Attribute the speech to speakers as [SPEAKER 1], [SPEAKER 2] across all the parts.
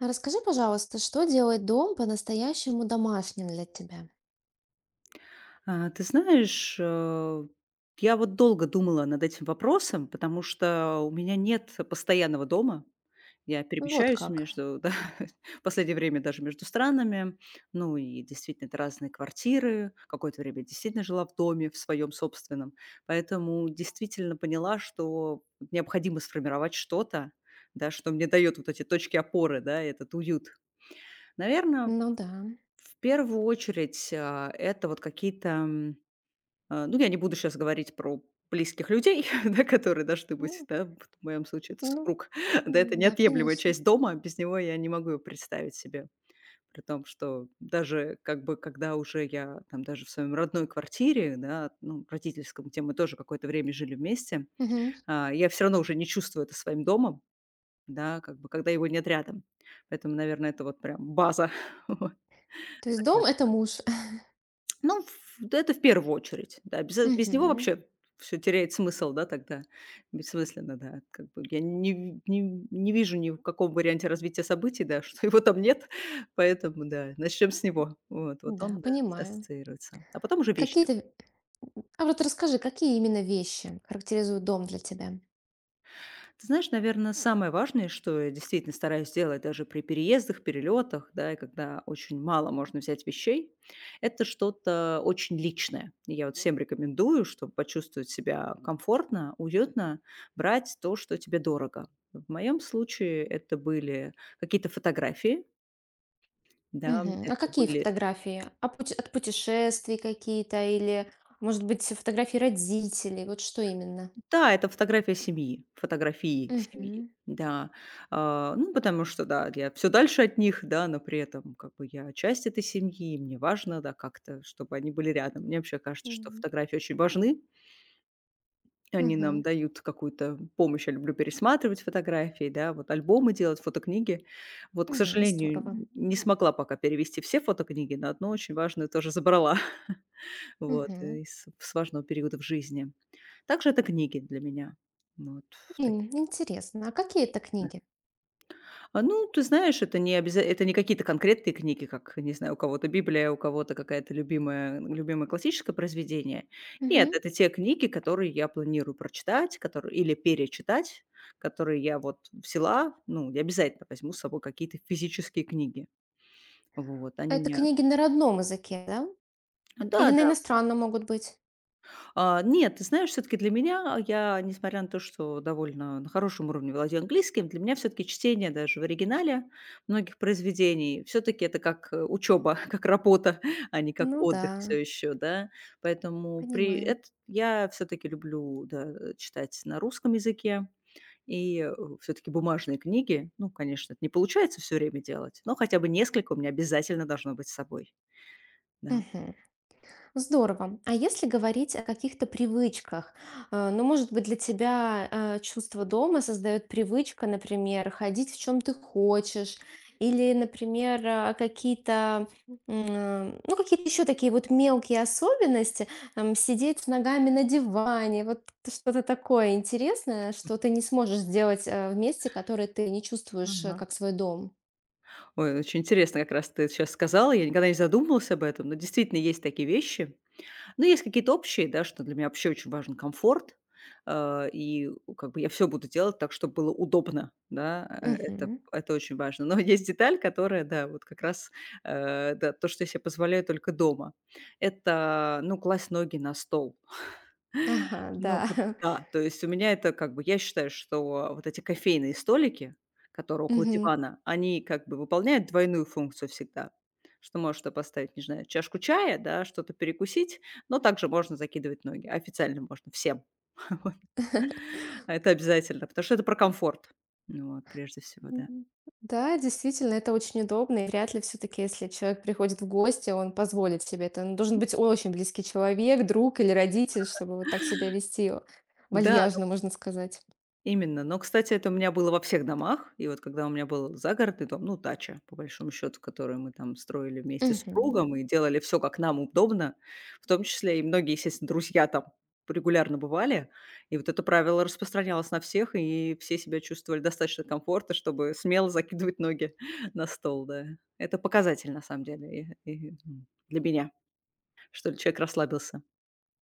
[SPEAKER 1] Расскажи, пожалуйста, что делает дом по-настоящему домашним для тебя?
[SPEAKER 2] А, ты знаешь, э, я вот долго думала над этим вопросом, потому что у меня нет постоянного дома. Я
[SPEAKER 1] Ну, вот
[SPEAKER 2] перемещаюсь
[SPEAKER 1] как.
[SPEAKER 2] между, да, в последнее время даже между странами. Ну и действительно, это разные квартиры. Какое-то время я действительно жила в доме, в своем собственном. Поэтому действительно поняла, что необходимо сформировать что-то, да, что мне дает вот эти точки опоры, да, этот уют. Наверное,
[SPEAKER 1] Ну да.
[SPEAKER 2] в первую очередь это вот какие-то ну, я не буду сейчас говорить про близких людей, да, которые должны быть,
[SPEAKER 1] Ну,
[SPEAKER 2] да, вот в моем случае это
[SPEAKER 1] ну,
[SPEAKER 2] супруг. Да, это
[SPEAKER 1] да,
[SPEAKER 2] неотъемлемая
[SPEAKER 1] конечно.
[SPEAKER 2] часть дома, без него я не могу его представить себе. При том, что даже как бы когда уже я там даже в своем родной квартире, да, ну, родительском, где мы тоже какое-то время жили вместе,
[SPEAKER 1] Мгм.
[SPEAKER 2] я все равно уже не чувствую это своим домом, да, как бы когда его нет рядом. Поэтому, наверное, это вот прям база. Вот.
[SPEAKER 1] То есть дом это муж.
[SPEAKER 2] Ну, в да, это в первую очередь, да. Без без него
[SPEAKER 1] Мгм.
[SPEAKER 2] вообще все теряет смысл, да, тогда. Бессмысленно, да. Как бы я не вижу ни в каком варианте развития событий, да, что его там нет, поэтому, да, начнем с него. Вот
[SPEAKER 1] Да,
[SPEAKER 2] он, да,
[SPEAKER 1] понимаю.
[SPEAKER 2] ассоциируется. А потом уже вещи.
[SPEAKER 1] Какие-то. А вот расскажи, какие именно вещи характеризуют дом для тебя?
[SPEAKER 2] Ты знаешь, наверное, самое важное, что я действительно стараюсь делать даже при переездах, перелетах, да, и когда очень мало можно взять вещей, это что-то очень личное. И я вот всем рекомендую, чтобы почувствовать себя комфортно, уютно, брать то, что тебе дорого. В моем случае это были какие-то фотографии, да,
[SPEAKER 1] Мгм. А
[SPEAKER 2] это
[SPEAKER 1] какие
[SPEAKER 2] были
[SPEAKER 1] фотографии? А от путешествий какие-то, или, может быть, фотографии родителей? Вот что именно?
[SPEAKER 2] да, фотографии семьи,
[SPEAKER 1] Мгм.
[SPEAKER 2] да. Ну, потому что, да, я все дальше от них, да, но при этом как бы я часть этой семьи, и мне важно, да, как-то, чтобы они были рядом. Мне вообще кажется, что
[SPEAKER 1] Мгм.
[SPEAKER 2] фотографии очень важны. Они нам
[SPEAKER 1] Мгм.
[SPEAKER 2] дают какую-то помощь. Я люблю пересматривать фотографии, да, вот альбомы делать, фотокниги. Вот, к
[SPEAKER 1] Мгм.
[SPEAKER 2] сожалению,
[SPEAKER 1] Здорово.
[SPEAKER 2] н не смогла пока перевести все фотокниги, но одну очень важную тоже забрала, вот,
[SPEAKER 1] Мгм.
[SPEAKER 2] э, из с важного периода в жизни. Также это книги для меня. Вот.
[SPEAKER 1] Ин интересно, а какие это книги?
[SPEAKER 2] Ну, ты знаешь, это не обяза это не какие-то конкретные книги, как, не знаю, у кого-то Библия, у кого-то какая-то любимая любимое классическое произведение. Нет,
[SPEAKER 1] Мгм.
[SPEAKER 2] это те книги, которые я планирую прочитать, которые или перечитать, которые я вот взяла. Ну, я обязательно возьму с собой какие-то физические книги. Вот, они
[SPEAKER 1] Это
[SPEAKER 2] мне
[SPEAKER 1] книги на родном языке, да? Или на
[SPEAKER 2] да-да.
[SPEAKER 1] иностранном могут быть?
[SPEAKER 2] Нет, ты знаешь, все таки для меня, я, несмотря на то, что довольно на хорошем уровне владею английским, для меня все таки чтение даже в оригинале многих произведений, все таки это как учеба, как работа, а не как
[SPEAKER 1] Ну да,
[SPEAKER 2] отдых все еще, да. Поэтому при
[SPEAKER 1] понимаю.
[SPEAKER 2] эт я все таки люблю, да, читать на русском языке и, все таки бумажные книги. Ну, конечно, это не получается все время делать, но хотя бы несколько у меня обязательно должно быть с собой. Да.
[SPEAKER 1] Мгм. Здорово. А если говорить о каких-то привычках, ну, может быть, для тебя чувство дома создает привычка, например, ходить в чем ты хочешь, или, например, какие-то, ну, какие-то еще такие вот мелкие особенности, там, сидеть с ногами на диване, вот что-то такое интересное, что ты не сможешь сделать в месте, которое ты не чувствуешь как свой дом.
[SPEAKER 2] Ой, очень интересно, как раз ты сейчас сказала. Я никогда не задумывалась об этом, но действительно есть такие вещи. Но есть какие-то общие, да, что для меня вообще очень важен комфорт. И как бы я все буду делать так, чтобы было удобно, да, это
[SPEAKER 1] Мгм.
[SPEAKER 2] очень важно. Но есть деталь, которая, да, вот как раз, да, то, что я себе позволяю только дома. Это, ну, класть ноги на стол.
[SPEAKER 1] Ага, да.
[SPEAKER 2] Ну вот да, то есть у меня это как бы я считаю, что вот эти кофейные столики, которые около
[SPEAKER 1] Мгм.
[SPEAKER 2] дивана, они как бы выполняют двойную функцию всегда. Что можешь туда поставить, не знаю, чашку чая, да, что-то перекусить, но также можно закидывать ноги. Официально можно всем. Вот. Это обязательно, потому что это про комфорт. Ну вот, прежде всего, да.
[SPEAKER 1] Мгм. Да, действительно, это очень удобно, и вряд ли все-таки, если человек приходит в гости, он позволит себе это. Он должен быть очень близкий человек, друг или родитель, чтобы вот так себя вести
[SPEAKER 2] Да.
[SPEAKER 1] вальяжно, можно сказать.
[SPEAKER 2] Именно. Но, кстати, это у меня было во всех домах. И вот когда у меня был загородный дом, ну, дача, по большому счету, которую мы там строили вместе с
[SPEAKER 1] Мгм.
[SPEAKER 2] супругом и делали все, как нам удобно, в том числе и многие, естественно, друзья там регулярно бывали. И вот это правило распространялось на всех, и все себя чувствовали достаточно комфортно, чтобы смело закидывать ноги на стол, да. Это показатель, на самом деле, для меня, что человек расслабился.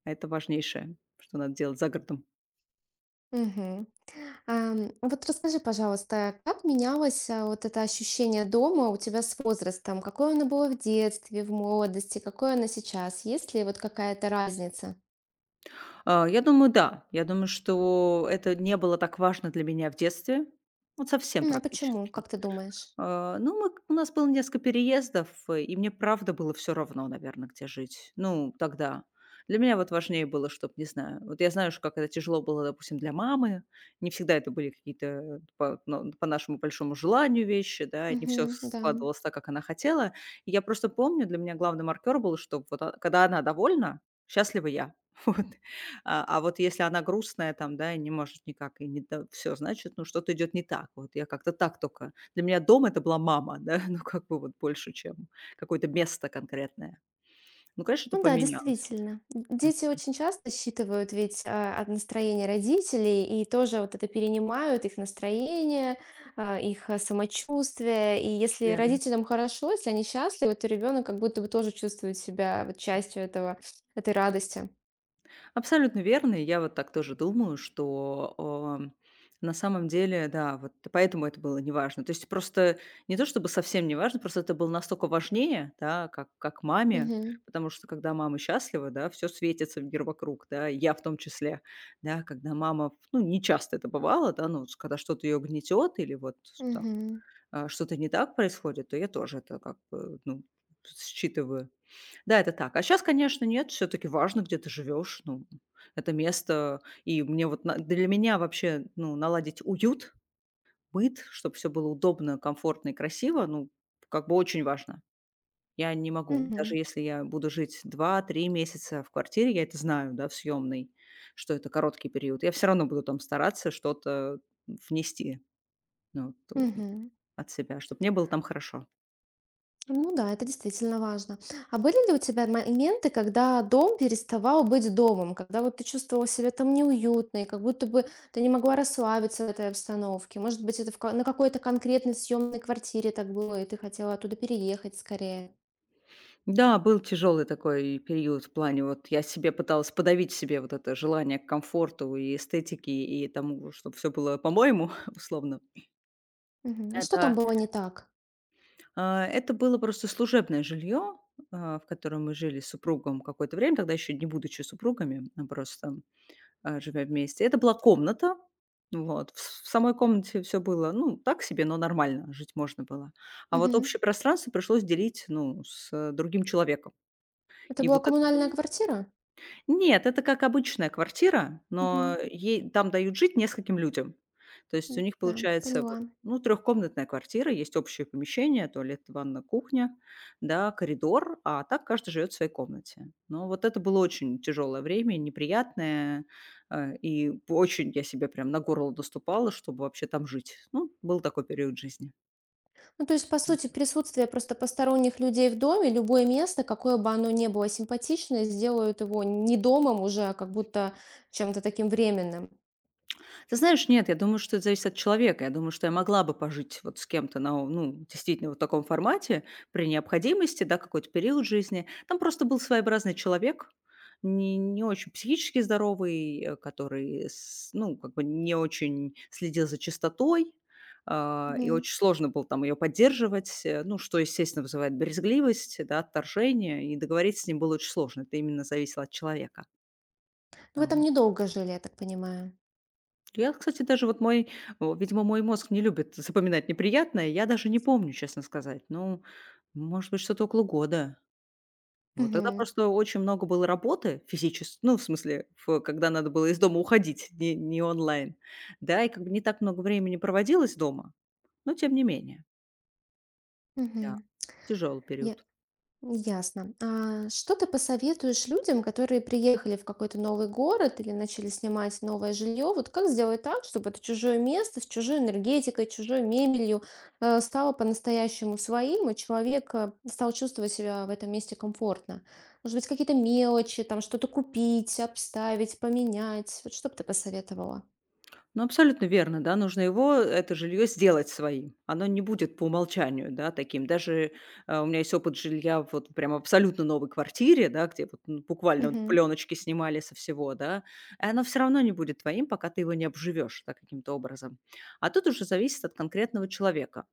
[SPEAKER 2] А это важнейшее, что надо делать за городом.
[SPEAKER 1] Мгм. Вот расскажи, пожалуйста, как менялось вот это ощущение дома у тебя с возрастом? Какое оно было в детстве, в молодости, какое оно сейчас? Есть ли вот какая-то разница?
[SPEAKER 2] Я думаю, да. Я думаю, что это не было так важно для меня в детстве. Вот совсем
[SPEAKER 1] А почему,
[SPEAKER 2] практически.
[SPEAKER 1] как ты думаешь?
[SPEAKER 2] Ну, мы у нас было несколько переездов, и мне правда было все равно, наверное, где жить. Ну, тогда. Для меня вот важнее было, чтобы, не знаю, вот я знаю, что как это тяжело было, допустим, для мамы. Не всегда это были какие-то, э, по ну, по нашему большому желанию вещи, да, и не все
[SPEAKER 1] Мгм, да.
[SPEAKER 2] складывалось так, как она хотела. И я просто помню, для меня главный маркер был, что вот когда она довольна, счастлива я. Вот. Вот если она грустная там, да, и не может никак, и не все, значит, ну, что-то идет не так. Вот я как-то так только. Для меня дом- это была мама, да, ну, как бы вот больше, чем какое-то место конкретное. Ну, конечно, это
[SPEAKER 1] Ну да,
[SPEAKER 2] поменялось.
[SPEAKER 1] действительно.
[SPEAKER 2] М,
[SPEAKER 1] Дети очень часто считывают ведь, от настроения родителей, и тоже вот это перенимают, их настроение, их, самочувствие. И если
[SPEAKER 2] Верно.
[SPEAKER 1] родителям хорошо, если они счастливы, то ребенок как будто бы тоже чувствует себя вот частью этого этой радости.
[SPEAKER 2] Абсолютно верно. И я вот так тоже думаю, что, на самом деле, да, вот поэтому это было неважно. То есть просто не то чтобы совсем не важно, просто это было настолько важнее, да, как маме,
[SPEAKER 1] Мгм.
[SPEAKER 2] потому что когда мама счастлива, да, все светится мир вокруг, да, и я в том числе. Да, когда мама, ну, не часто это бывало, да, ну, с когда что-то ее гнетёт или вот там
[SPEAKER 1] Мгм.
[SPEAKER 2] что-то не так происходит, то я тоже это как бы, ну, считываю. Да, это так. А сейчас, конечно, нет, все-таки важно, где ты живешь, ну, это место. И мне вот для меня вообще, ну, наладить уют, быт, чтобы все было удобно, комфортно и красиво, ну, как бы очень важно. Я не могу, даже
[SPEAKER 1] Мгм.
[SPEAKER 2] если я буду жить два-три месяца в квартире, я это знаю, да, в съемной, что это короткий период, я все равно буду там стараться что-то внести ну, вот,
[SPEAKER 1] Мгм.
[SPEAKER 2] от себя, чтобы мне было там хорошо.
[SPEAKER 1] Ну да, это действительно важно. А были ли у тебя моменты, когда дом переставал быть домом, когда вот ты чувствовала себя там неуютно, и как будто бы ты не могла расслабиться в этой обстановке? Может быть, это на какой-то конкретной съемной квартире так было, и ты хотела оттуда переехать скорее?
[SPEAKER 2] Да, был тяжелый такой период в плане, вот я себе пыталась подавить себе вот это желание к комфорту и эстетике, и тому, чтобы все было по-моему, условно.
[SPEAKER 1] Мгм. А что там
[SPEAKER 2] Это,
[SPEAKER 1] было не так?
[SPEAKER 2] это было просто служебное жилье, в котором мы жили с супругом какое-то время, тогда еще не будучи супругами, а просто живя вместе. Это была комната. Вот. В самой комнате все было, ну, так себе, но нормально, жить можно было. А вот
[SPEAKER 1] Мгм.
[SPEAKER 2] общее пространство пришлось делить, ну, с другим человеком.
[SPEAKER 1] Это
[SPEAKER 2] И
[SPEAKER 1] была
[SPEAKER 2] вот это для
[SPEAKER 1] коммунальная квартира?
[SPEAKER 2] Нет, это как обычная квартира, но
[SPEAKER 1] Мгм.
[SPEAKER 2] ей там дают жить нескольким людям. То есть у них
[SPEAKER 1] Да,
[SPEAKER 2] получается вот,
[SPEAKER 1] поняла.
[SPEAKER 2] ну, трехкомнатная квартира, есть общее помещение, туалет, ванна, кухня, да, коридор, а так каждый живет в своей комнате. Но вот это было очень тяжелое время, неприятное, и очень я себе прям на горло доступала, чтобы вообще там жить. Ну, был такой период жизни.
[SPEAKER 1] Ну, то есть, по сути, присутствие просто посторонних людей в доме, любое место, какое бы оно ни было симпатичное, сделают его не домом уже, а как будто чем-то таким временным.
[SPEAKER 2] Ты знаешь, нет, я думаю, что это зависит от человека. Я думаю, что я могла бы пожить вот с кем-то на, ну, действительно вот в таком формате при необходимости, да, какой-то период жизни. Там просто был своеобразный человек, не очень психически здоровый, который, ну, как бы не очень следил за чистотой, и
[SPEAKER 1] Мгм.
[SPEAKER 2] очень сложно было там ее поддерживать, ну, что, естественно, вызывает брезгливость, да, отторжение, и договориться с ним было очень сложно. Это именно зависело от человека.
[SPEAKER 1] Вы там
[SPEAKER 2] Вот.
[SPEAKER 1] недолго жили, я так понимаю.
[SPEAKER 2] Я, кстати, даже вот мой, о, видимо, мой мозг не любит запоминать неприятное. Я даже не помню, честно сказать. Ну, может быть, что-то около года. Вот тогда
[SPEAKER 1] Мгм.
[SPEAKER 2] просто очень много было работы физически, ну, в смысле, когда надо было из дома уходить, не онлайн. Да, и как бы не так много времени проводилось дома, но тем не менее. Да,
[SPEAKER 1] Мгм.
[SPEAKER 2] тяжелый
[SPEAKER 1] Я
[SPEAKER 2] период.
[SPEAKER 1] Ясно. А что ты посоветуешь людям, которые приехали в какой-то новый город или начали снимать новое жилье? Вот как сделать так, чтобы это чужое место с чужой энергетикой, чужой мебелью стало по-настоящему своим, и человек стал чувствовать себя в этом месте комфортно? Может быть, какие-то мелочи, там что-то купить, обставить, поменять? Вот что бы ты посоветовала?
[SPEAKER 2] Ну, абсолютно верно, да, нужно его, это жилье, сделать своим. Оно не будет по умолчанию, да, таким. Даже у меня есть опыт жилья вот прям абсолютно новой квартире, да, где вот, ну, буквально вот
[SPEAKER 1] Угу,
[SPEAKER 2] пленочки снимали со всего, да, и оно все равно не будет твоим, пока ты его не обживешь да, каким-то образом. А тут уже зависит от конкретного человека.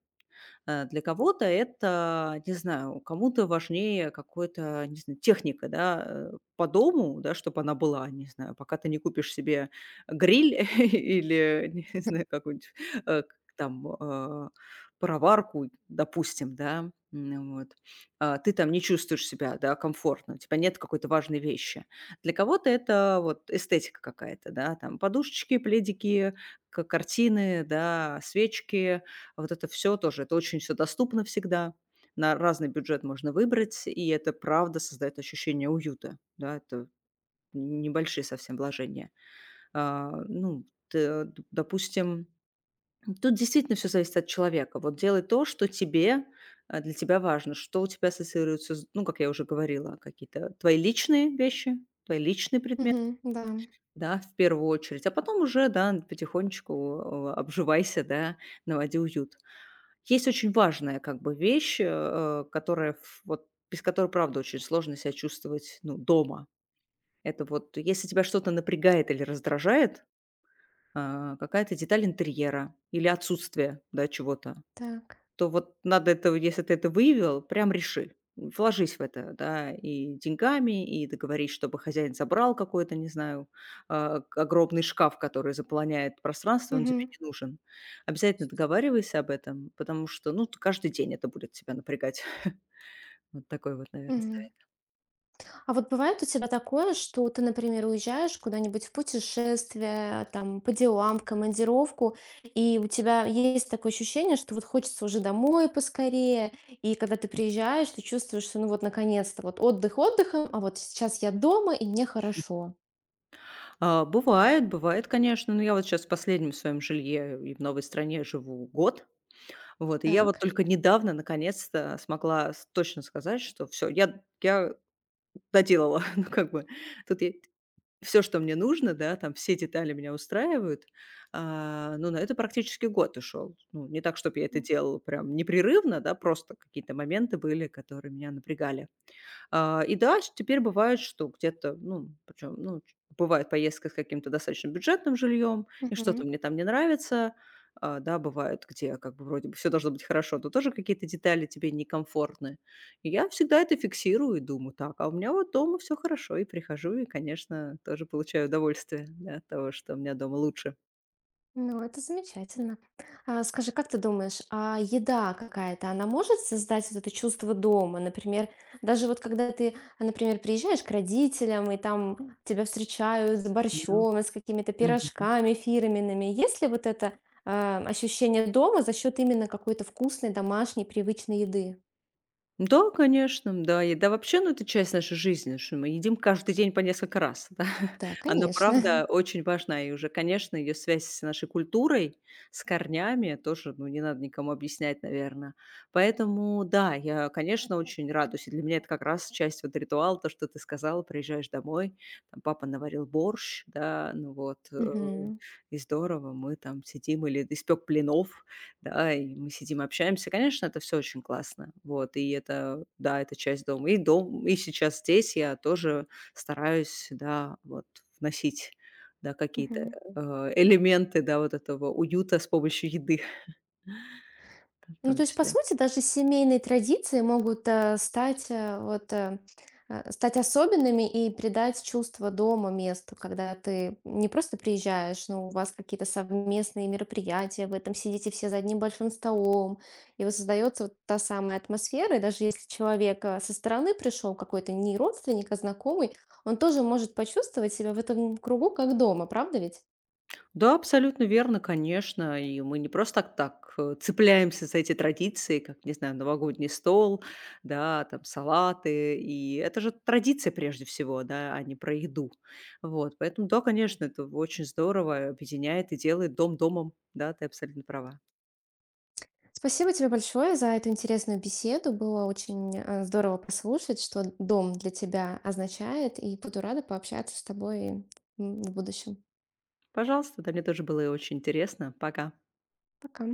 [SPEAKER 2] Для кого-то это, не знаю, кому-то важнее какой-то, не знаю, техника, да, по дому, да, чтобы она была, не знаю, пока ты не купишь себе гриль или, не знаю, какую-нибудь э, к- там э, пароварку, допустим, да, вот, ты там не чувствуешь себя, да, комфортно, у тебя нет какой-то важной вещи. Для кого-то это вот эстетика какая-то, да, там подушечки, пледики, картины, да, свечки, вот это все тоже, это очень все доступно всегда, на разный бюджет можно выбрать, и это правда создает ощущение уюта. Да, это небольшие совсем вложения. А, ну, т д Допустим, тут действительно все зависит от человека. Вот делай то, что тебе, для тебя важно, что у тебя ассоциируется с ну, как я уже говорила, какие-то твои личные вещи, твои личные предметы,
[SPEAKER 1] угу, да,
[SPEAKER 2] да, в первую очередь, а потом уже, да, потихонечку, обживайся, да, наводи уют. Есть очень важная как бы вещь, э, которая ф вот без которой, правда, очень сложно себя чувствовать, ну, дома. Это вот если тебя что-то напрягает или раздражает, какая-то деталь интерьера или отсутствие, да, чего-то,
[SPEAKER 1] так.
[SPEAKER 2] то вот надо это, если ты это выявил, прям реши. Вложись в это, да, и деньгами, и договорись, чтобы хозяин забрал какой-то, не знаю, огромный шкаф, который заполняет пространство, он тебе
[SPEAKER 1] Угу,
[SPEAKER 2] не нужен. Обязательно договаривайся об этом, потому что, ну, каждый день это будет тебя напрягать. Вот такой вот, наверное,
[SPEAKER 1] угу.
[SPEAKER 2] совет.
[SPEAKER 1] А вот бывает у тебя такое, что ты, например, уезжаешь куда-нибудь в путешествие, там, по делам, в командировку, и у тебя есть такое ощущение, что вот хочется уже домой поскорее, и когда ты приезжаешь, ты чувствуешь, что ну вот наконец-то вот отдых отдыхом, а вот сейчас я дома, и мне хорошо.
[SPEAKER 2] Бывает, бывает, конечно. Но я вот сейчас в последнем своем жилье и в новой стране живу год. Вот, и я вот
[SPEAKER 1] Так.
[SPEAKER 2] только недавно, наконец-то, смогла точно сказать, что все, я доделала. Ну, как бы тут все, что мне нужно, да, там все детали меня устраивают. Ну, на это практически год ушел. Ну, не так, чтобы я это делала прям непрерывно, да, просто какие-то моменты были, которые меня напрягали. И да, ш теперь бывает, что где-то, ну, причем, ну, ч бывает поездка с каким-то достаточно бюджетным жильем, и
[SPEAKER 1] Мгм.
[SPEAKER 2] что-то мне там не нравится. Да, бывает, где как бы вроде бы все должно быть хорошо, но тоже какие-то детали тебе некомфортны. И я всегда это фиксирую и думаю: "Так, а у меня вот дома все хорошо". И прихожу и, конечно, тоже получаю удовольствие, да, от того, что у меня дома лучше.
[SPEAKER 1] Ну, это замечательно. А, скажи, как ты думаешь, а еда какая-то, она может создать вот это чувство дома? Например, даже вот когда ты, например, приезжаешь к родителям, и там тебя встречают с
[SPEAKER 2] Да.
[SPEAKER 1] борщом, с какими-то
[SPEAKER 2] Мгм.
[SPEAKER 1] пирожками фирменными. Есть ли вот это, ощущение дома за счет именно какой-то вкусной, домашней, привычной еды?
[SPEAKER 2] Да, конечно, да. И да, вообще, ну, это часть нашей жизни, что мы едим каждый день по несколько раз, да.
[SPEAKER 1] Да,
[SPEAKER 2] Она,
[SPEAKER 1] конечно.
[SPEAKER 2] правда, очень важна. И уже, конечно, ее связь с нашей культурой, с корнями тоже, ну, не надо никому объяснять, наверное. Поэтому, да, я, конечно, очень радуюсь. И для меня это как раз часть вот ритуала, то, что ты сказала, приезжаешь домой, там папа наварил борщ, да, ну вот,
[SPEAKER 1] Мгм.
[SPEAKER 2] и здорово, мы там сидим, или испек пленов, да, и мы сидим, общаемся. Конечно, это все очень классно. Вот, и это, да, это часть дома. И дом, и сейчас здесь я тоже стараюсь, да, вот вносить, да, какие-то,
[SPEAKER 1] Мгм.
[SPEAKER 2] элементы, да, вот этого уюта с помощью еды в
[SPEAKER 1] Ну, то
[SPEAKER 2] том
[SPEAKER 1] есть, по
[SPEAKER 2] числе.
[SPEAKER 1] сути, даже семейные традиции могут, стать, особенными и придать чувство дома месту, когда ты не просто приезжаешь, но у вас какие-то совместные мероприятия, вы там сидите все за одним большим столом, и вот создается вот та самая атмосфера. И даже если человек, со стороны пришел, какой-то не родственник, а знакомый, он тоже может почувствовать себя в этом кругу как дома, правда ведь?
[SPEAKER 2] Да, абсолютно верно, конечно. И мы не просто так, цепляемся за эти традиции, как, не знаю, новогодний стол, да, там салаты. И это же традиция прежде всего, да, а не про еду. Вот, поэтому, да, конечно, это очень здорово объединяет и делает дом домом. Да, ты абсолютно права.
[SPEAKER 1] Спасибо тебе большое за эту интересную беседу. Было очень здорово послушать, что дом для тебя означает, и буду рада пообщаться с тобой в будущем.
[SPEAKER 2] Пожалуйста, да, мне тоже было очень интересно. Пока.
[SPEAKER 1] Пока.